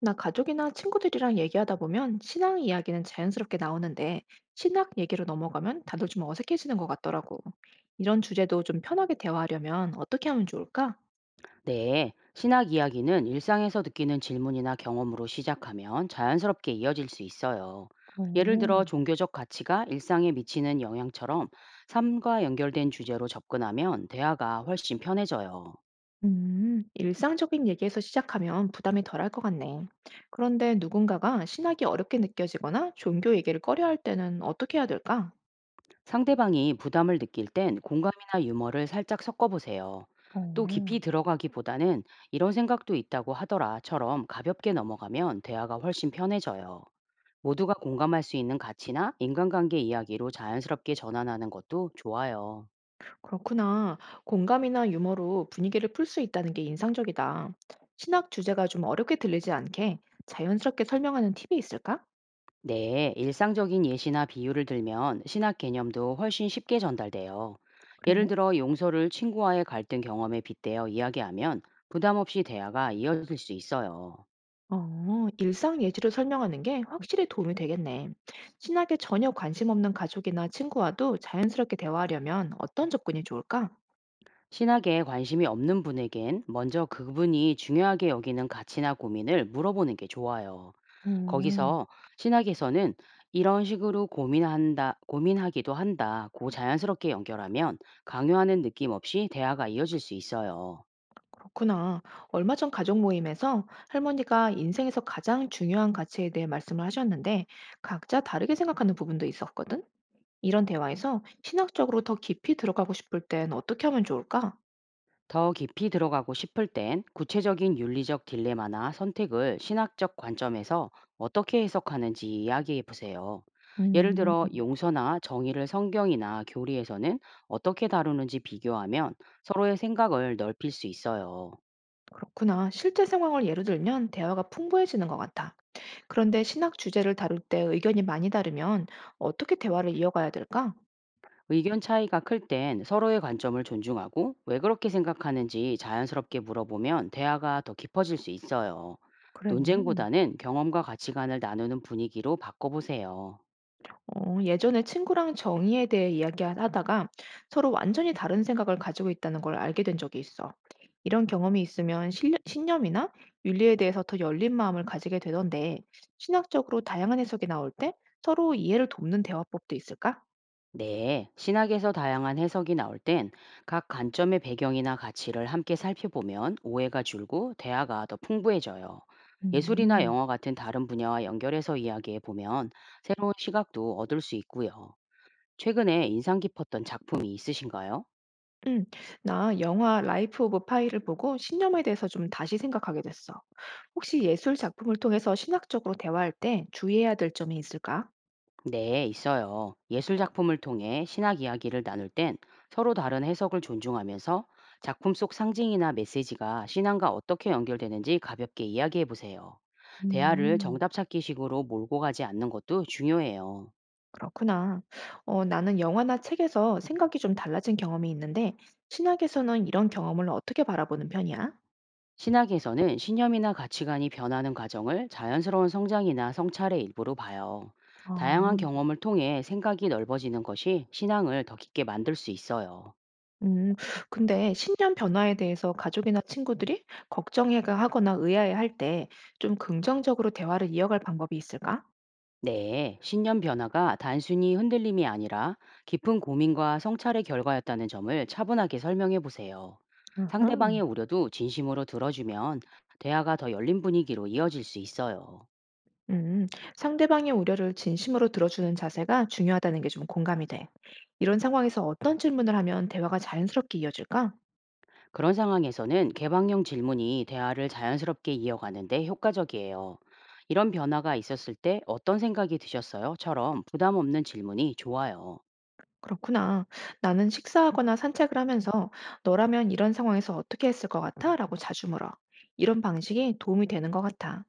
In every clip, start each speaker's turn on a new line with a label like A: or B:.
A: 나 가족이나 친구들이랑 얘기하다 보면 신앙 이야기는 자연스럽게 나오는데 신학 얘기로 넘어가면 다들 좀 어색해지는 것 같더라고. 이런 주제도 좀 편하게 대화하려면 어떻게 하면 좋을까?
B: 네, 신학 이야기는 일상에서 느끼는 질문이나 경험으로 시작하면 자연스럽게 이어질 수 있어요. 예를 들어
A: 오,
B: 종교적 가치가 일상에 미치는 영향처럼 삶과 연결된 주제로 접근하면 대화가 훨씬 편해져요.
A: 일상적인 얘기에서 시작하면 부담이 덜할 것 같네. 그런데 누군가가 신학이 어렵게 느껴지거나 종교 얘기를 꺼려할 때는 어떻게 해야 될까?
B: 상대방이 부담을 느낄 땐 공감이나 유머를 살짝 섞어보세요. 또
A: 어.
B: 깊이 들어가기보다는 이런 생각도 있다고 하더라처럼 가볍게 넘어가면 대화가 훨씬 편해져요. 모두가 공감할 수 있는 가치나 인간관계 이야기로 자연스럽게 전환하는 것도 좋아요.
A: 그렇구나. 공감이나 유머로 분위기를 풀 수 있다는 게 인상적이다. 신학 주제가 좀 어렵게 들리지 않게 자연스럽게 설명하는 팁이 있을까?
B: 네, 일상적인 예시나 비유를 들면 신학 개념도 훨씬 쉽게 전달돼요.
A: 그래?
B: 예를 들어 용서를 친구와의 갈등 경험에 빗대어 이야기하면 부담 없이 대화가 이어질 수 있어요.
A: 어, 일상 예시로 설명하는 게 확실히 도움이 되겠네. 신학에 전혀 관심 없는 가족이나 친구와도 자연스럽게 대화하려면 어떤 접근이 좋을까?
B: 신학에 관심이 없는 분에겐 먼저 그분이 중요하게 여기는 가치나 고민을 물어보는 게 좋아요.
A: 음,
B: 거기서 신학에서는 이런 식으로 고민한다, 고민하기도 한다고 자연스럽게 연결하면 강요하는 느낌 없이 대화가 이어질 수 있어요.
A: 그렇구나. 얼마 전 가족 모임에서 할머니가 인생에서 가장 중요한 가치에 대해 말씀을 하셨는데 각자 다르게 생각하는 부분도 있었거든? 이런 대화에서 신학적으로 더 깊이 들어가고 싶을 땐 어떻게 하면 좋을까?
B: 더 깊이 들어가고 싶을 땐 구체적인 윤리적 딜레마나 선택을 신학적 관점에서 어떻게 해석하는지 이야기해 보세요. 예를
A: 음,
B: 들어 용서나 정의를 성경이나 교리에서는 어떻게 다루는지 비교하면 서로의 생각을 넓힐 수 있어요.
A: 그렇구나. 실제 상황을 예로 들면 대화가 풍부해지는 것 같아. 그런데 신학 주제를 다룰 때 의견이 많이 다르면 어떻게 대화를 이어가야 될까?
B: 의견 차이가 클 땐 서로의 관점을 존중하고 왜 그렇게 생각하는지 자연스럽게 물어보면 대화가 더 깊어질 수 있어요.
A: 그래.
B: 논쟁보다는 경험과 가치관을 나누는 분위기로 바꿔보세요.
A: 어, 예전에 친구랑 정의에 대해 이야기하다가 서로 완전히 다른 생각을 가지고 있다는 걸 알게 된 적이 있어. 이런 경험이 있으면 신념이나 윤리에 대해서 더 열린 마음을 가지게 되던데, 신학적으로 다양한 해석이 나올 때 서로 이해를 돕는 대화법도 있을까?
B: 네, 신학에서 다양한 해석이 나올 땐 각 관점의 배경이나 가치를 함께 살펴보면 오해가 줄고 대화가 더 풍부해져요. 예술이나
A: 음,
B: 영화 같은 다른 분야와 연결해서 이야기해 보면 새로운 시각도 얻을 수 있고요. 최근에 인상 깊었던 작품이 있으신가요?
A: 응, 나 영화 라이프 오브 파이를 보고 신념에 대해서 좀 다시 생각하게 됐어. 혹시 예술 작품을 통해서 신학적으로 대화할 때 주의해야 될 점이 있을까?
B: 네, 있어요. 예술 작품을 통해 신학 이야기를 나눌 땐 서로 다른 해석을 존중하면서 작품 속 상징이나 메시지가 신앙과 어떻게 연결되는지 가볍게 이야기해 보세요. 대화를
A: 음.
B: 정답 찾기 식으로 몰고 가지 않는 것도 중요해요.
A: 그렇구나. 어, 나는 영화나 책에서 생각이 좀 달라진 경험이 있는데, 신학에서는 이런 경험을 어떻게 바라보는 편이야?
B: 신학에서는 신념이나 가치관이 변하는 과정을 자연스러운 성장이나 성찰의 일부로 봐요. 다양한
A: 어,
B: 경험을 통해 생각이 넓어지는 것이 신앙을 더 깊게 만들 수 있어요.
A: 음, 근데 신념 변화에 대해서 가족이나 친구들이 걱정해 하거나 의아해 할 때 좀 긍정적으로 대화를 이어갈 방법이 있을까?
B: 네, 신념 변화가 단순히 흔들림이 아니라 깊은 고민과 성찰의 결과였다는 점을 차분하게 설명해 보세요.
A: 아하.
B: 상대방의 우려도 진심으로 들어주면 대화가 더 열린 분위기로 이어질 수 있어요.
A: 음, 상대방의 우려를 진심으로 들어주는 자세가 중요하다는 게 좀 공감이 돼. 이런 상황에서 어떤 질문을 하면 대화가 자연스럽게 이어질까?
B: 그런 상황에서는 개방형 질문이 대화를 자연스럽게 이어가는데 효과적이에요. 이런 변화가 있었을 때 어떤 생각이 드셨어요?처럼 부담 없는 질문이 좋아요.
A: 그렇구나. 나는 식사하거나 산책을 하면서 너라면 이런 상황에서 어떻게 했을 것 같아? 라고 자주 물어. 이런 방식이 도움이 되는 것 같아.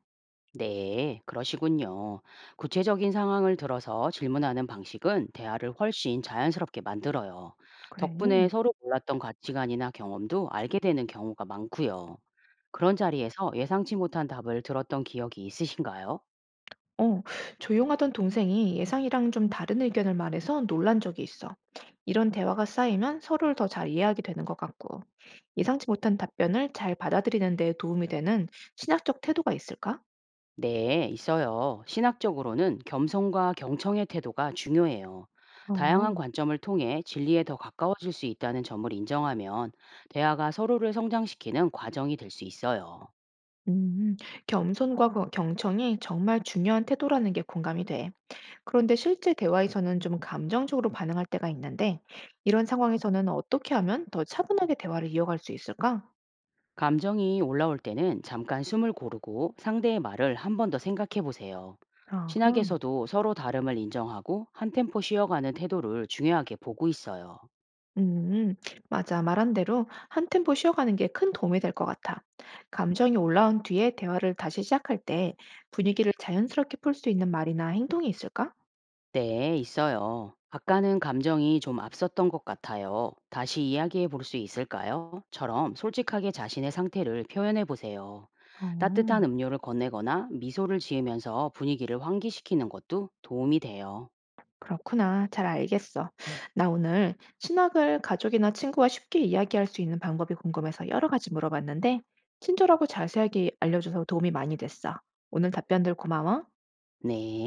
B: 네, 그러시군요. 구체적인 상황을 들어서 질문하는 방식은 대화를 훨씬 자연스럽게 만들어요.
A: 그래.
B: 덕분에 서로 몰랐던 가치관이나 경험도 알게 되는 경우가 많고요. 그런 자리에서 예상치 못한 답을 들었던 기억이 있으신가요?
A: 어, 조용하던 동생이 예상이랑 좀 다른 의견을 말해서 놀란 적이 있어. 이런 대화가 쌓이면 서로를 더 잘 이해하게 되는 것 같고, 예상치 못한 답변을 잘 받아들이는 데 도움이 되는 신학적 태도가 있을까?
B: 네, 있어요. 신학적으로는 겸손과 경청의 태도가 중요해요. 다양한
A: 어.
B: 관점을 통해 진리에 더 가까워질 수 있다는 점을 인정하면 대화가 서로를 성장시키는 과정이 될 수 있어요.
A: 음, 겸손과 경청이 정말 중요한 태도라는 게 공감이 돼. 그런데 실제 대화에서는 좀 감정적으로 반응할 때가 있는데, 이런 상황에서는 어떻게 하면 더 차분하게 대화를 이어갈 수 있을까?
B: 감정이 올라올 때는 잠깐 숨을 고르고 상대의 말을 한 번 더 생각해 보세요.
A: 아,
B: 신학에서도 서로 다름을 인정하고 한 템포 쉬어가는 태도를 중요하게 보고 있어요.
A: 음, 맞아. 말한 대로 한 템포 쉬어가는 게 큰 도움이 될 것 같아. 감정이 올라온 뒤에 대화를 다시 시작할 때 분위기를 자연스럽게 풀 수 있는 말이나 행동이 있을까?
B: 네, 있어요. 아까는 감정이 좀 앞섰던 것 같아요. 다시 이야기해 볼 수 있을까요? 처럼 솔직하게 자신의 상태를 표현해 보세요. 따뜻한
A: 어.
B: 음료를 건네거나 미소를 지으면서 분위기를 환기시키는 것도 도움이 돼요.
A: 그렇구나. 잘 알겠어. 나 오늘 신학을 가족이나 친구와 쉽게 이야기할 수 있는 방법이 궁금해서 여러 가지 물어봤는데, 친절하고 자세하게 알려줘서 도움이 많이 됐어. 오늘 답변들 고마워.
B: 네.